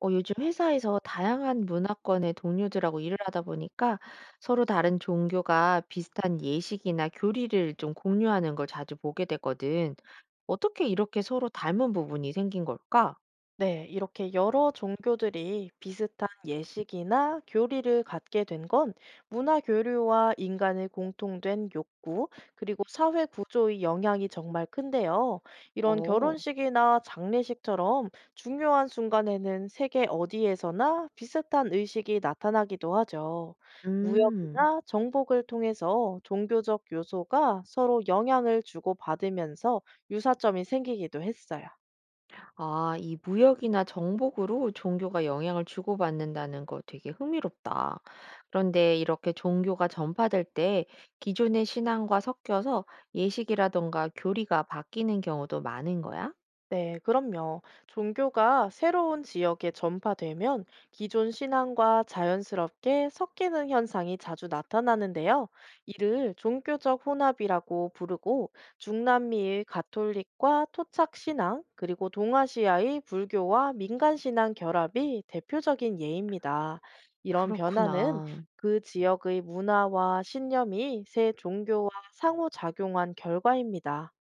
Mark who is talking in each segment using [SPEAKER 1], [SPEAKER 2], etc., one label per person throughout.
[SPEAKER 1] 어, 요즘 회사에서 다양한 문화권의 동료들하고 일을 하다 보니까 서로 다른 종교가 비슷한 예식이나 교리를 좀 공유하는 걸 자주 보게 되거든. 어떻게 이렇게 서로 닮은 부분이 생긴 걸까?
[SPEAKER 2] 네, 이렇게 여러 종교들이 비슷한 예식이나 교리를 갖게 된 건 문화 교류와 인간의 공통된 욕구, 그리고 사회 구조의 영향이 정말 큰데요. 이런
[SPEAKER 1] 어,
[SPEAKER 2] 결혼식이나 장례식처럼 중요한 순간에는 세계 어디에서나 비슷한 의식이 나타나기도 하죠.
[SPEAKER 1] 음,
[SPEAKER 2] 무역이나 정복을 통해서 종교적 요소가 서로 영향을 주고받으면서 유사점이 생기기도 했어요.
[SPEAKER 1] 아, 이 무역이나 정복으로 종교가 영향을 주고받는다는 거 되게 흥미롭다. 그런데 이렇게 종교가 전파될 때 기존의 신앙과 섞여서 예식이라던가 교리가 바뀌는 경우도 많은 거야?
[SPEAKER 2] 네, 그럼요. 종교가 새로운 지역에 전파되면 기존 신앙과 자연스럽게 섞이는 현상이 자주 나타나는데요. 이를 종교적 혼합이라고 부르고 중남미의 가톨릭과 토착 신앙, 그리고 동아시아의 불교와 민간 신앙 결합이 대표적인 예입니다. 이런 변화는
[SPEAKER 1] 그렇구나.
[SPEAKER 2] 그 지역의 문화와 신념이 새 종교와 상호작용한 결과입니다.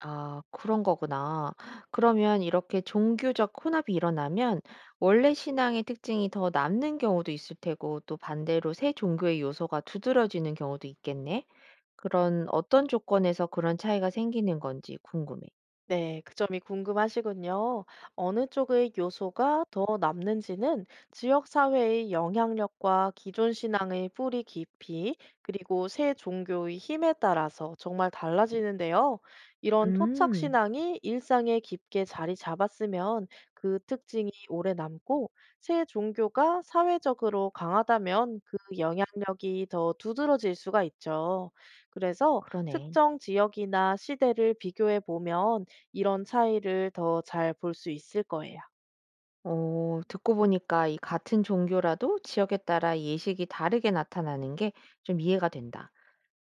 [SPEAKER 1] 아, 그런 거구나. 그러면 이렇게 종교적 혼합이 일어나면 원래 신앙의 특징이 더 남는 경우도 있을 테고 또 반대로 새 종교의 요소가 두드러지는 경우도 있겠네. 그런 어떤 조건에서 그런 차이가 생기는 건지 궁금해.
[SPEAKER 2] 네, 그 점이 궁금하시군요. 어느 쪽의 요소가 더 남는지는 지역 사회의 영향력과 기존 신앙의 뿌리 깊이, 그리고 새 종교의 힘에 따라서 정말 달라지는데요. 이런 토착
[SPEAKER 1] 음,
[SPEAKER 2] 신앙이 일상에 깊게 자리 잡았으면 그 특징이 오래 남고, 새 종교가 사회적으로 강하다면 그 영향력이 더 두드러질 수가 있죠. 그래서
[SPEAKER 1] 그러네.
[SPEAKER 2] 특정 지역이나 시대를 비교해 보면 이런 차이를 더 잘 볼 수 있을 거예요.
[SPEAKER 1] 어, 듣고 보니까 이 같은 종교라도 지역에 따라 예식이 다르게 나타나는 게 좀 이해가 된다.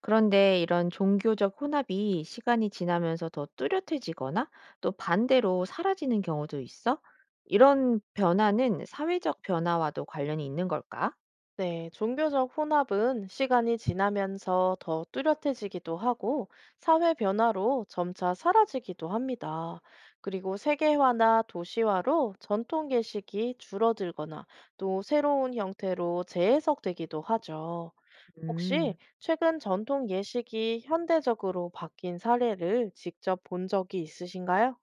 [SPEAKER 1] 그런데 이런 종교적 혼합이 시간이 지나면서 더 뚜렷해지거나 또 반대로 사라지는 경우도 있어? 이런 변화는 사회적 변화와도 관련이 있는 걸까?
[SPEAKER 2] 네, 종교적 혼합은 시간이 지나면서 더 뚜렷해지기도 하고 사회 변화로 점차 사라지기도 합니다. 그리고 세계화나 도시화로 전통 계식이 줄어들거나 또 새로운 형태로 재해석되기도 하죠. 혹시
[SPEAKER 1] 음,
[SPEAKER 2] 최근 전통 예식이 현대적으로 바뀐 사례를 직접 본 적이 있으신가요?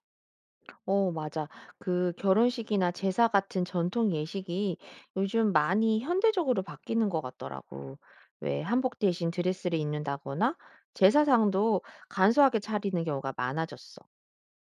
[SPEAKER 1] 어, 맞아. 그 결혼식이나 제사 같은 전통 예식이 요즘 많이 현대적으로 바뀌는 것 같더라고. 왜 한복 대신 드레스를 입는다거나 제사상도 간소하게 차리는 경우가 많아졌어.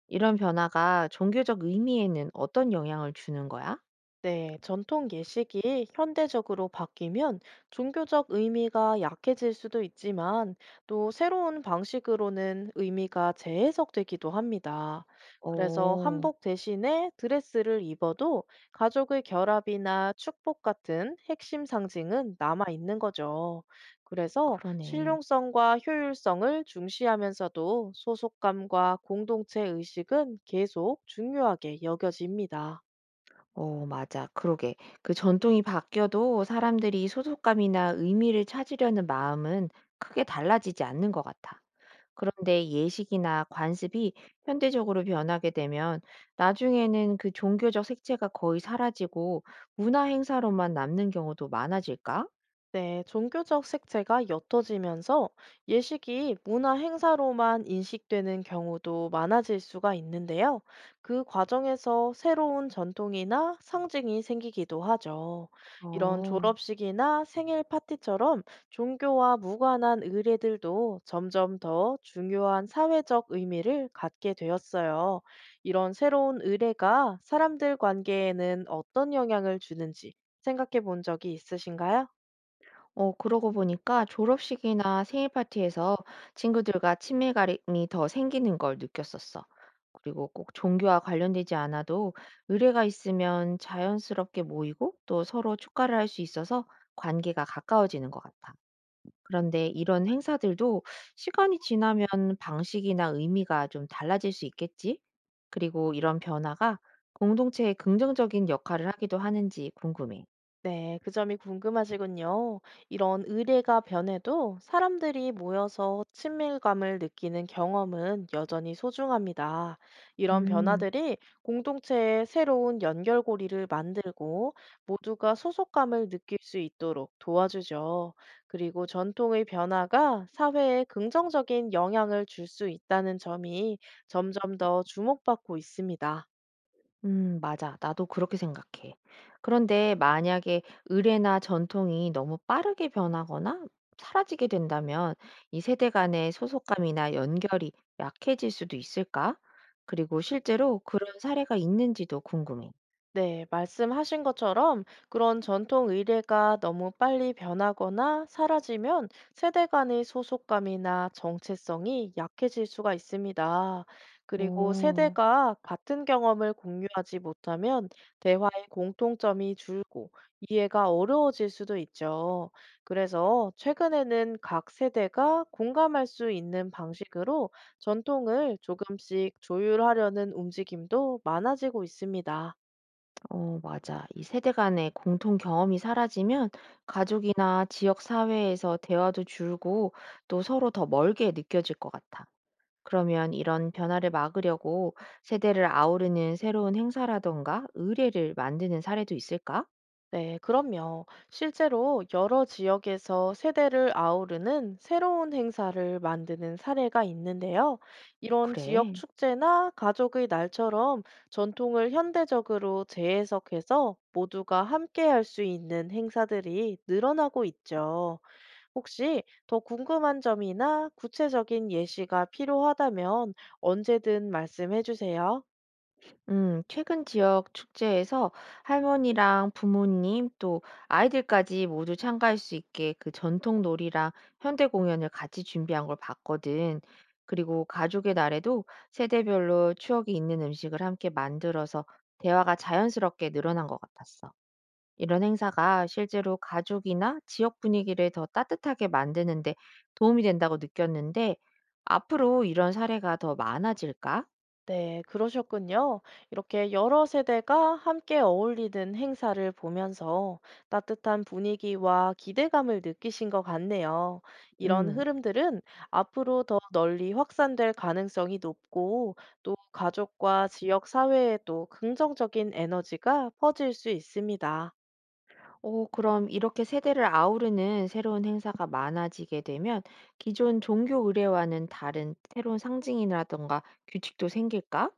[SPEAKER 1] 이런 변화가 종교적 의미에는 어떤 영향을 주는 거야?
[SPEAKER 2] 네, 전통 예식이 현대적으로 바뀌면 종교적 의미가 약해질 수도 있지만 또 새로운 방식으로는 의미가 재해석되기도 합니다. 그래서
[SPEAKER 1] 어,
[SPEAKER 2] 한복 대신에 드레스를 입어도 가족의 결합이나 축복 같은 핵심 상징은 남아 있는 거죠. 그래서
[SPEAKER 1] 그러네.
[SPEAKER 2] 실용성과 효율성을 중시하면서도 소속감과 공동체 의식은 계속 중요하게 여겨집니다.
[SPEAKER 1] 어, 맞아. 그러게. 그 전통이 바뀌어도 사람들이 소속감이나 의미를 찾으려는 마음은 크게 달라지지 않는 것 같아. 그런데 예식이나 관습이 현대적으로 변하게 되면 나중에는 그 종교적 색채가 거의 사라지고 문화 행사로만 남는 경우도 많아질까?
[SPEAKER 2] 네, 종교적 색채가 옅어지면서 예식이 문화 행사로만 인식되는 경우도 많아질 수가 있는데요. 그 과정에서 새로운 전통이나 상징이 생기기도 하죠. 이런
[SPEAKER 1] 어.
[SPEAKER 2] 졸업식이나 생일 파티처럼 종교와 무관한 의례들도 점점 더 중요한 사회적 의미를 갖게 되었어요. 이런 새로운 의례가 사람들 관계에는 어떤 영향을 주는지 생각해 본 적이 있으신가요?
[SPEAKER 1] 어, 그러고 보니까 졸업식이나 생일 파티에서 친구들과 친밀감이 더 생기는 걸 느꼈었어. 그리고 꼭 종교와 관련되지 않아도 의례가 있으면 자연스럽게 모이고 또 서로 축하를 할 수 있어서 관계가 가까워지는 것 같아. 그런데 이런 행사들도 시간이 지나면 방식이나 의미가 좀 달라질 수 있겠지? 그리고 이런 변화가 공동체에 긍정적인 역할을 하기도 하는지 궁금해.
[SPEAKER 2] 네, 그 점이 궁금하시군요. 이런 의례가 변해도 사람들이 모여서 친밀감을 느끼는 경험은 여전히 소중합니다. 이런
[SPEAKER 1] 음.
[SPEAKER 2] 변화들이 공동체의 새로운 연결고리를 만들고 모두가 소속감을 느낄 수 있도록 도와주죠. 그리고 전통의 변화가 사회에 긍정적인 영향을 줄 수 있다는 점이 점점 더 주목받고 있습니다.
[SPEAKER 1] 맞아. 나도 그렇게 생각해. 그런데 만약에 의례나 전통이 너무 빠르게 변하거나 사라지게 된다면 이 세대 간의 소속감이나 연결이 약해질 수도 있을까? 그리고 실제로 그런 사례가 있는지도 궁금해.
[SPEAKER 2] 네, 말씀하신 것처럼 그런 전통 의례가 너무 빨리 변하거나 사라지면 세대 간의 소속감이나 정체성이 약해질 수가 있습니다. 그리고
[SPEAKER 1] 어,
[SPEAKER 2] 세대가 같은 경험을 공유하지 못하면 대화의 공통점이 줄고 이해가 어려워질 수도 있죠. 그래서 최근에는 각 세대가 공감할 수 있는 방식으로 전통을 조금씩 조율하려는 움직임도 많아지고 있습니다.
[SPEAKER 1] 어, 맞아. 이 세대 간의 공통 경험이 사라지면 가족이나 지역 사회에서 대화도 줄고 또 서로 더 멀게 느껴질 것 같아. 그러면 이런 변화를 막으려고 세대를 아우르는 새로운 행사라던가 의례를 만드는 사례도 있을까?
[SPEAKER 2] 네, 그럼요. 실제로 여러 지역에서 세대를 아우르는 새로운 행사를 만드는 사례가 있는데요. 이런 지역
[SPEAKER 1] 그래.
[SPEAKER 2] 축제나 가족의 날처럼 전통을 현대적으로 재해석해서 모두가 함께 할 수 있는 행사들이 늘어나고 있죠. 혹시 더 궁금한 점이나 구체적인 예시가 필요하다면 언제든 말씀해 주세요.
[SPEAKER 1] 최근 지역 축제에서 할머니랑 부모님 또 아이들까지 모두 참가할 수 있게 그 전통 놀이랑 현대 공연을 같이 준비한 걸 봤거든. 그리고 가족의 날에도 세대별로 추억이 있는 음식을 함께 만들어서 대화가 자연스럽게 늘어난 것 같았어. 이런 행사가 실제로 가족이나 지역 분위기를 더 따뜻하게 만드는데 도움이 된다고 느꼈는데, 앞으로 이런 사례가 더 많아질까?
[SPEAKER 2] 네, 그러셨군요. 이렇게 여러 세대가 함께 어울리는 행사를 보면서 따뜻한 분위기와 기대감을 느끼신 것 같네요. 이런
[SPEAKER 1] 음,
[SPEAKER 2] 흐름들은 앞으로 더 널리 확산될 가능성이 높고 또 가족과 지역 사회에도 긍정적인 에너지가 퍼질 수 있습니다.
[SPEAKER 1] 오, 그럼 이렇게 세대를 아우르는 새로운 행사가 많아지게 되면 기존 종교 의례와는 다른 새로운 상징이라던가 규칙도 생길까?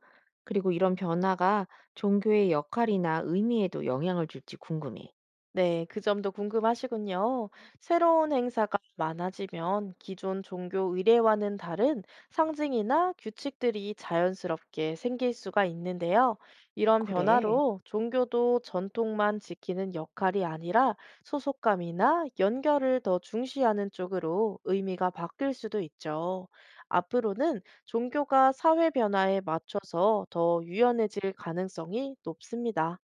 [SPEAKER 1] 그리고 이런 변화가 종교의 역할이나 의미에도 영향을 줄지 궁금해.
[SPEAKER 2] 네, 그 점도 궁금하시군요. 새로운 행사가 많아지면 기존 종교 의례와는 다른 상징이나 규칙들이 자연스럽게 생길 수가 있는데요. 이런
[SPEAKER 1] 그래.
[SPEAKER 2] 변화로 종교도 전통만 지키는 역할이 아니라 소속감이나 연결을 더 중시하는 쪽으로 의미가 바뀔 수도 있죠. 앞으로는 종교가 사회 변화에 맞춰서 더 유연해질 가능성이 높습니다.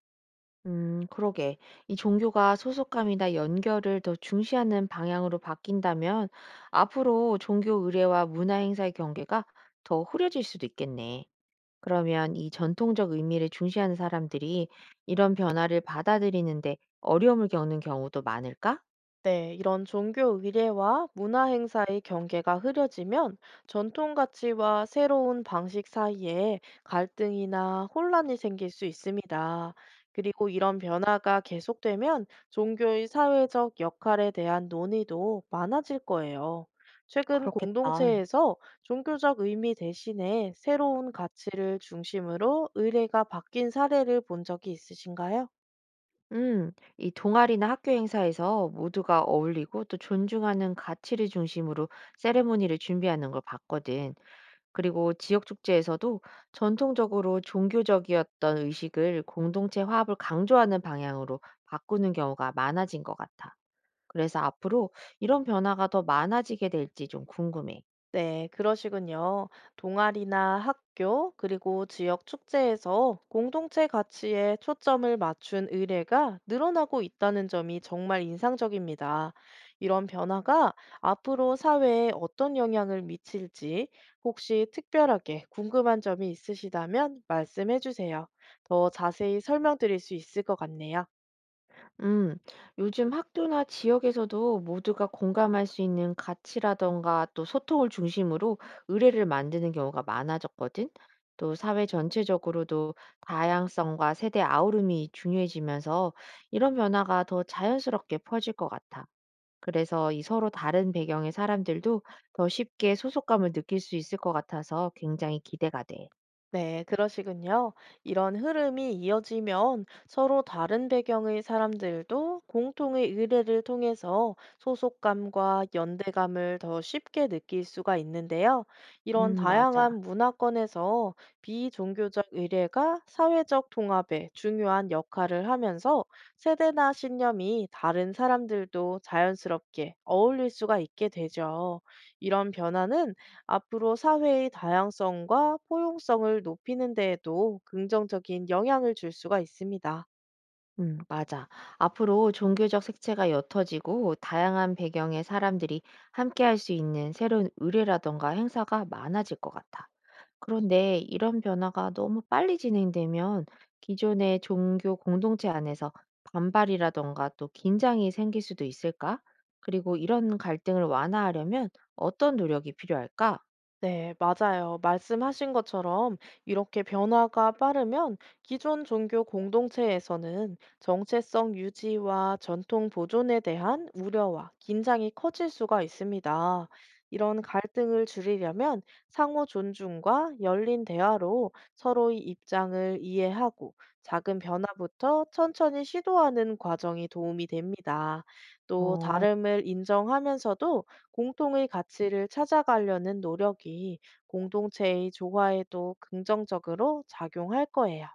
[SPEAKER 1] 그러게. 이 종교가 소속감이나 연결을 더 중시하는 방향으로 바뀐다면 앞으로 종교 의례와 문화 행사의 경계가 더 흐려질 수도 있겠네. 그러면 이 전통적 의미를 중시하는 사람들이 이런 변화를 받아들이는데 어려움을 겪는 경우도 많을까?
[SPEAKER 2] 네, 이런 종교 의례와 문화 행사의 경계가 흐려지면 전통 가치와 새로운 방식 사이에 갈등이나 혼란이 생길 수 있습니다. 그리고 이런 변화가 계속되면 종교의 사회적 역할에 대한 논의도 많아질 거예요. 최근
[SPEAKER 1] 그렇겠다.
[SPEAKER 2] 공동체에서 종교적 의미 대신에 새로운 가치를 중심으로 의례가 바뀐 사례를 본 적이 있으신가요?
[SPEAKER 1] 음, 이 동아리나 학교 행사에서 모두가 어울리고 또 존중하는 가치를 중심으로 세레모니를 준비하는 걸 봤거든. 그리고 지역 축제에서도 전통적으로 종교적이었던 의식을 공동체 화합을 강조하는 방향으로 바꾸는 경우가 많아진 것 같아. 그래서 앞으로 이런 변화가 더 많아지게 될지 좀 궁금해.
[SPEAKER 2] 네, 그러시군요. 동아리나 학교, 그리고 지역 축제에서 공동체 가치에 초점을 맞춘 의례가 늘어나고 있다는 점이 정말 인상적입니다. 이런 변화가 앞으로 사회에 어떤 영향을 미칠지 혹시 특별하게 궁금한 점이 있으시다면 말씀해 주세요. 더 자세히 설명드릴 수 있을 것 같네요.
[SPEAKER 1] 음, 요즘 학교나 지역에서도 모두가 공감할 수 있는 가치라던가 또 소통을 중심으로 의례를 만드는 경우가 많아졌거든. 또 사회 전체적으로도 다양성과 세대 아우름이 중요해지면서 이런 변화가 더 자연스럽게 퍼질 것 같아. 그래서 이 서로 다른 배경의 사람들도 더 쉽게 소속감을 느낄 수 있을 것 같아서 굉장히 기대가 돼.
[SPEAKER 2] 네, 그러시군요. 이런 흐름이 이어지면 서로 다른 배경의 사람들도 공통의 의례를 통해서 소속감과 연대감을 더 쉽게 느낄 수가 있는데요. 이런
[SPEAKER 1] 맞아.
[SPEAKER 2] 다양한 문화권에서 비종교적 의례가 사회적 통합에 중요한 역할을 하면서 세대나 신념이 다른 사람들도 자연스럽게 어울릴 수가 있게 되죠. 이런 변화는 앞으로 사회의 다양성과 포용성을 높이는 데에도 긍정적인 영향을 줄 수가 있습니다.
[SPEAKER 1] 음, 맞아. 앞으로 종교적 색채가 옅어지고 다양한 배경의 사람들이 함께할 수 있는 새로운 의례라던가 행사가 많아질 것 같아. 그런데 이런 변화가 너무 빨리 진행되면 기존의 종교 공동체 안에서 반발이라던가 또 긴장이 생길 수도 있을까? 그리고 이런 갈등을 완화하려면 어떤 노력이 필요할까?
[SPEAKER 2] 네, 맞아요. 말씀하신 것처럼 이렇게 변화가 빠르면 기존 종교 공동체에서는 정체성 유지와 전통 보존에 대한 우려와 긴장이 커질 수가 있습니다. 이런 갈등을 줄이려면 상호 존중과 열린 대화로 서로의 입장을 이해하고 작은 변화부터 천천히 시도하는 과정이 도움이 됩니다. 또
[SPEAKER 1] 어.
[SPEAKER 2] 다름을 인정하면서도 공통의 가치를 찾아가려는 노력이 공동체의 조화에도 긍정적으로 작용할 거예요.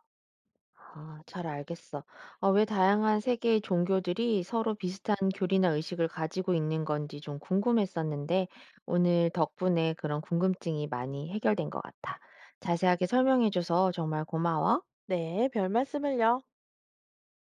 [SPEAKER 1] 아, 잘 알겠어. 아, 왜 다양한 세계의 종교들이 서로 비슷한 교리나 의식을 가지고 있는 건지 좀 궁금했었는데, 오늘 덕분에 그런 궁금증이 많이 해결된 것 같아. 자세하게 설명해줘서 정말 고마워.
[SPEAKER 2] 네, 별 말씀을요.